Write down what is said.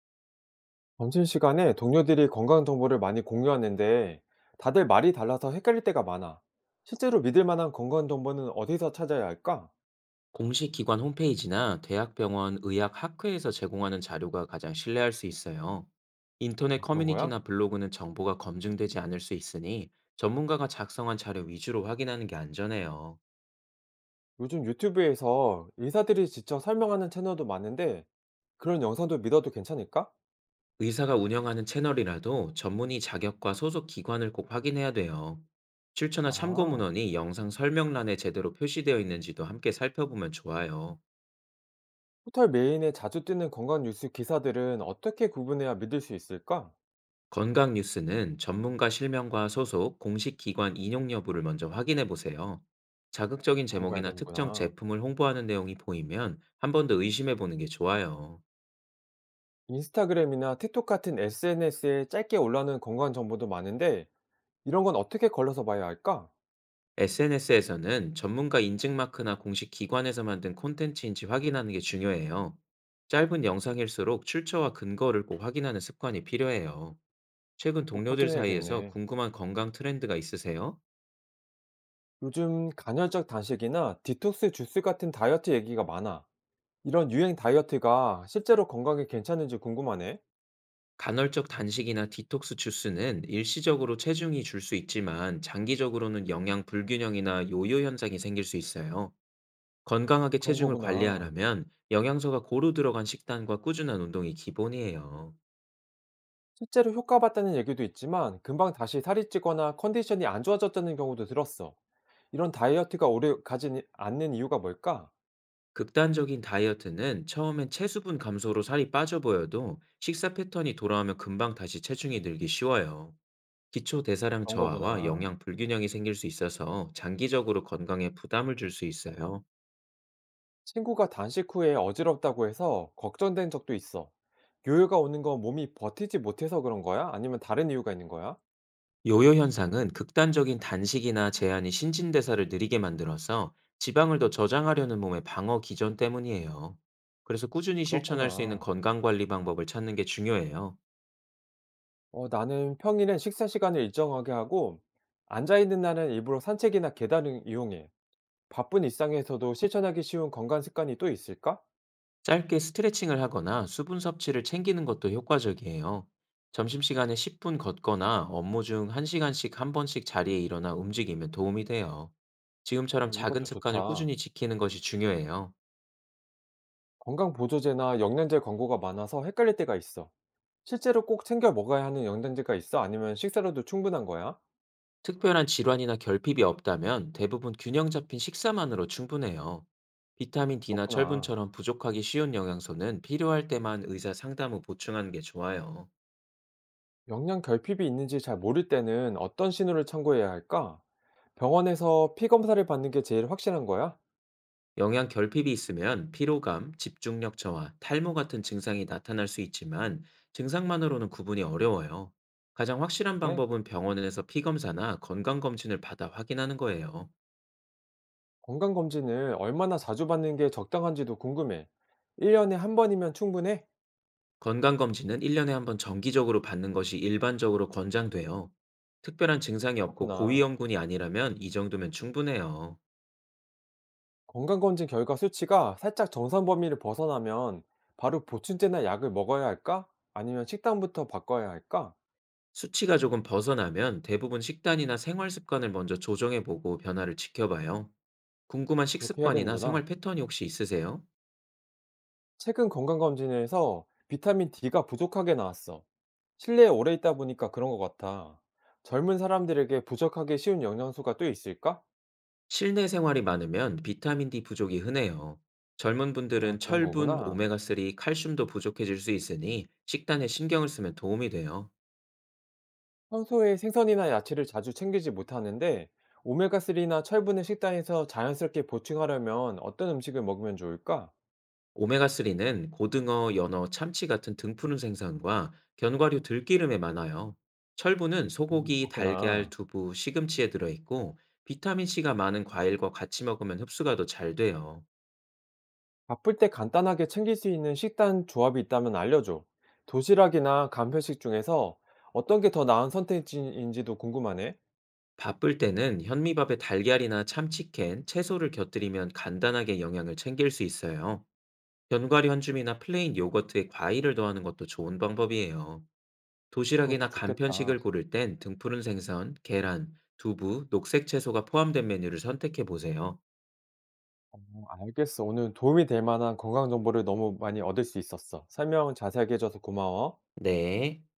점심시간에 동료들이 건강 정보를 많이 공유하는데 다들 말이 달라서 헷갈릴 때가 많아. 실제로 믿을 만한 건강 정보는 어디서 찾아야 할까? 공식 기관 홈페이지나 대학병원 의학학회에서 제공하는 자료가 가장 신뢰할 수 있어요. 인터넷 아, 그런 거야? 커뮤니티나 블로그는 정보가 검증되지 않을 수 있으니 전문가가 작성한 자료 위주로 확인하는 게 안전해요. 요즘 유튜브에서 의사들이 직접 설명하는 채널도 많은데 그런 영상도 믿어도 괜찮을까? 의사가 운영하는 채널이라도 전문의 자격과 소속 기관을 꼭 확인해야 돼요. 출처나 참고 아, 문헌이 영상 설명란에 제대로 표시되어 있는지도 함께 살펴보면 좋아요. 포털 메인에 자주 뜨는 건강 뉴스 기사들은 어떻게 구분해야 믿을 수 있을까? 건강 뉴스는 전문가 실명과 소속, 공식 기관 인용 여부를 먼저 확인해 보세요. 자극적인 그런 거 봐야 제목이나 특정 되는구나. 제품을 홍보하는 내용이 보이면 한 번 더 의심해 보는 게 좋아요. 인스타그램이나 틱톡 같은 SNS에 짧게 올라오는 건강 정보도 많은데 이런 건 어떻게 걸러서 봐야 할까? SNS에서는 전문가 인증 마크나 공식 기관에서 만든 콘텐츠인지 확인하는 게 중요해요. 짧은 영상일수록 출처와 근거를 꼭 확인하는 습관이 필요해요. 최근 꼭 동료들 사이에서 확인해야겠네. 궁금한 건강 트렌드가 있으세요? 요즘 간헐적 단식이나 디톡스 주스 같은 다이어트 얘기가 많아. 이런 유행 다이어트가 실제로 건강에 괜찮은지 궁금하네. 간헐적 단식이나 디톡스 주스는 일시적으로 체중이 줄 수 있지만, 장기적으로는 영양 불균형이나 요요 현상이 생길 수 있어요. 건강하게 그런 체중을 거구나. 관리하려면 영양소가 고루 들어간 식단과 꾸준한 운동이 기본이에요. 실제로 효과 봤다는 얘기도 있지만 금방 다시 살이 찌거나 컨디션이 안 좋아졌다는 경우도 들었어. 이런 다이어트가 오래 가지 않는 이유가 뭘까? 극단적인 다이어트는 처음엔 체수분 감소로 살이 빠져 보여도 식사 패턴이 돌아오면 금방 다시 체중이 늘기 쉬워요. 기초 대사량 그런 저하와 거구나. 영양 불균형이 생길 수 있어서 장기적으로 건강에 부담을 줄 수 있어요. 친구가 단식 후에 어지럽다고 해서 걱정된 적도 있어. 요요가 오는 건 몸이 버티지 못해서 그런 거야? 아니면 다른 이유가 있는 거야? 요요 현상은 극단적인 단식이나 제한이 신진대사를 느리게 만들어서 지방을 더 저장하려는 몸의 방어 기전 때문이에요. 그래서 꾸준히 실천할 수 있는 그렇구나. 건강관리 방법을 찾는 게 중요해요. 어, 나는 평일엔 식사 시간을 일정하게 하고, 앉아있는 날은 일부러 산책이나 계단을 이용해. 바쁜 일상에서도 실천하기 쉬운 건강 습관이 또 있을까? 짧게 스트레칭을 하거나 수분 섭취를 챙기는 것도 효과적이에요. 점심시간에 10분 걷거나 업무 중 1시간씩 한 번씩 자리에 일어나 움직이면 도움이 돼요. 지금처럼 어, 작은 이것도 습관을 좋다. 꾸준히 지키는 것이 중요해요. 건강 보조제나 영양제 광고가 많아서 헷갈릴 때가 있어. 실제로 꼭 챙겨 먹어야 하는 영양제가 있어? 아니면 식사로도 충분한 거야? 특별한 질환이나 결핍이 없다면 대부분 균형 잡힌 식사만으로 충분해요. 비타민 D나 그렇구나. 철분처럼 부족하기 쉬운 영양소는 필요할 때만 의사 상담 후 보충하는 게 좋아요. 영양 결핍이 있는지 잘 모를 때는 어떤 신호를 참고해야 할까? 병원에서 피 검사를 받는 게 제일 확실한 거야? 영양 결핍이 있으면 피로감, 집중력 저하, 탈모 같은 증상이 나타날 수 있지만 증상만으로는 구분이 어려워요. 가장 확실한 그 방법은 병원에서 피검사나 건강검진을 받아 확인하는 거예요. 건강검진을 얼마나 자주 받는 게 적당한지도 궁금해. 1년에 한 번이면 충분해? 건강검진은 1년에 한번 정기적으로 받는 것이 일반적으로 권장돼요. 특별한 증상이 없고 그렇구나. 고위험군이 아니라면 이 정도면 충분해요. 건강검진 결과 수치가 살짝 정상 범위를 벗어나면 바로 보충제나 약을 먹어야 할까? 아니면 식단부터 바꿔야 할까? 수치가 조금 벗어나면 대부분 식단이나 생활 습관을 먼저 조정해보고 변화를 지켜봐요. 궁금한 그렇게 해야 식습관이나 생활 되는구나. 패턴이 혹시 있으세요? 최근 건강검진에서 비타민 D가 부족하게 나왔어. 실내에 오래 있다 보니까 그런 것 같아. 젊은 사람들에게 부족하기 쉬운 영양소가 또 있을까? 실내 생활이 많으면 비타민 D 부족이 흔해요. 젊은 아, 분들은 그런 철분, 거구나. 오메가3, 칼슘도 부족해질 수 있으니 식단에 신경을 쓰면 도움이 돼요. 평소에 생선이나 야채를 자주 챙기지 못하는데 오메가3나 철분을 식단에서 자연스럽게 보충하려면 어떤 음식을 먹으면 좋을까? 오메가3는 고등어, 연어, 참치 같은 등푸른 생선과 견과류, 들기름에 많아요. 철분은 소고기, 달걀, 그렇구나. 두부, 시금치에 들어있고, 비타민C가 많은 과일과 같이 먹으면 흡수가 더 잘 돼요. 바쁠 때 간단하게 챙길 수 있는 식단 조합이 있다면 알려줘. 도시락이나 간편식 중에서 어떤 게 더 나은 선택지인지도 궁금하네. 바쁠 때는 현미밥에 달걀이나 참치캔, 채소를 곁들이면 간단하게 영양을 챙길 수 있어요. 견과류 한 줌이나 플레인 요거트에 과일을 더하는 것도 좋은 방법이에요. 그것도 도시락이나 좋겠다. 간편식을 고를 땐 등푸른 생선, 계란, 두부, 녹색 채소가 포함된 메뉴를 선택해 보세요. 어, 알겠어. 오늘 도움이 될 만한 건강 정보를 너무 많이 얻을 수 있었어. 설명 자세하게 해줘서 고마워. 네.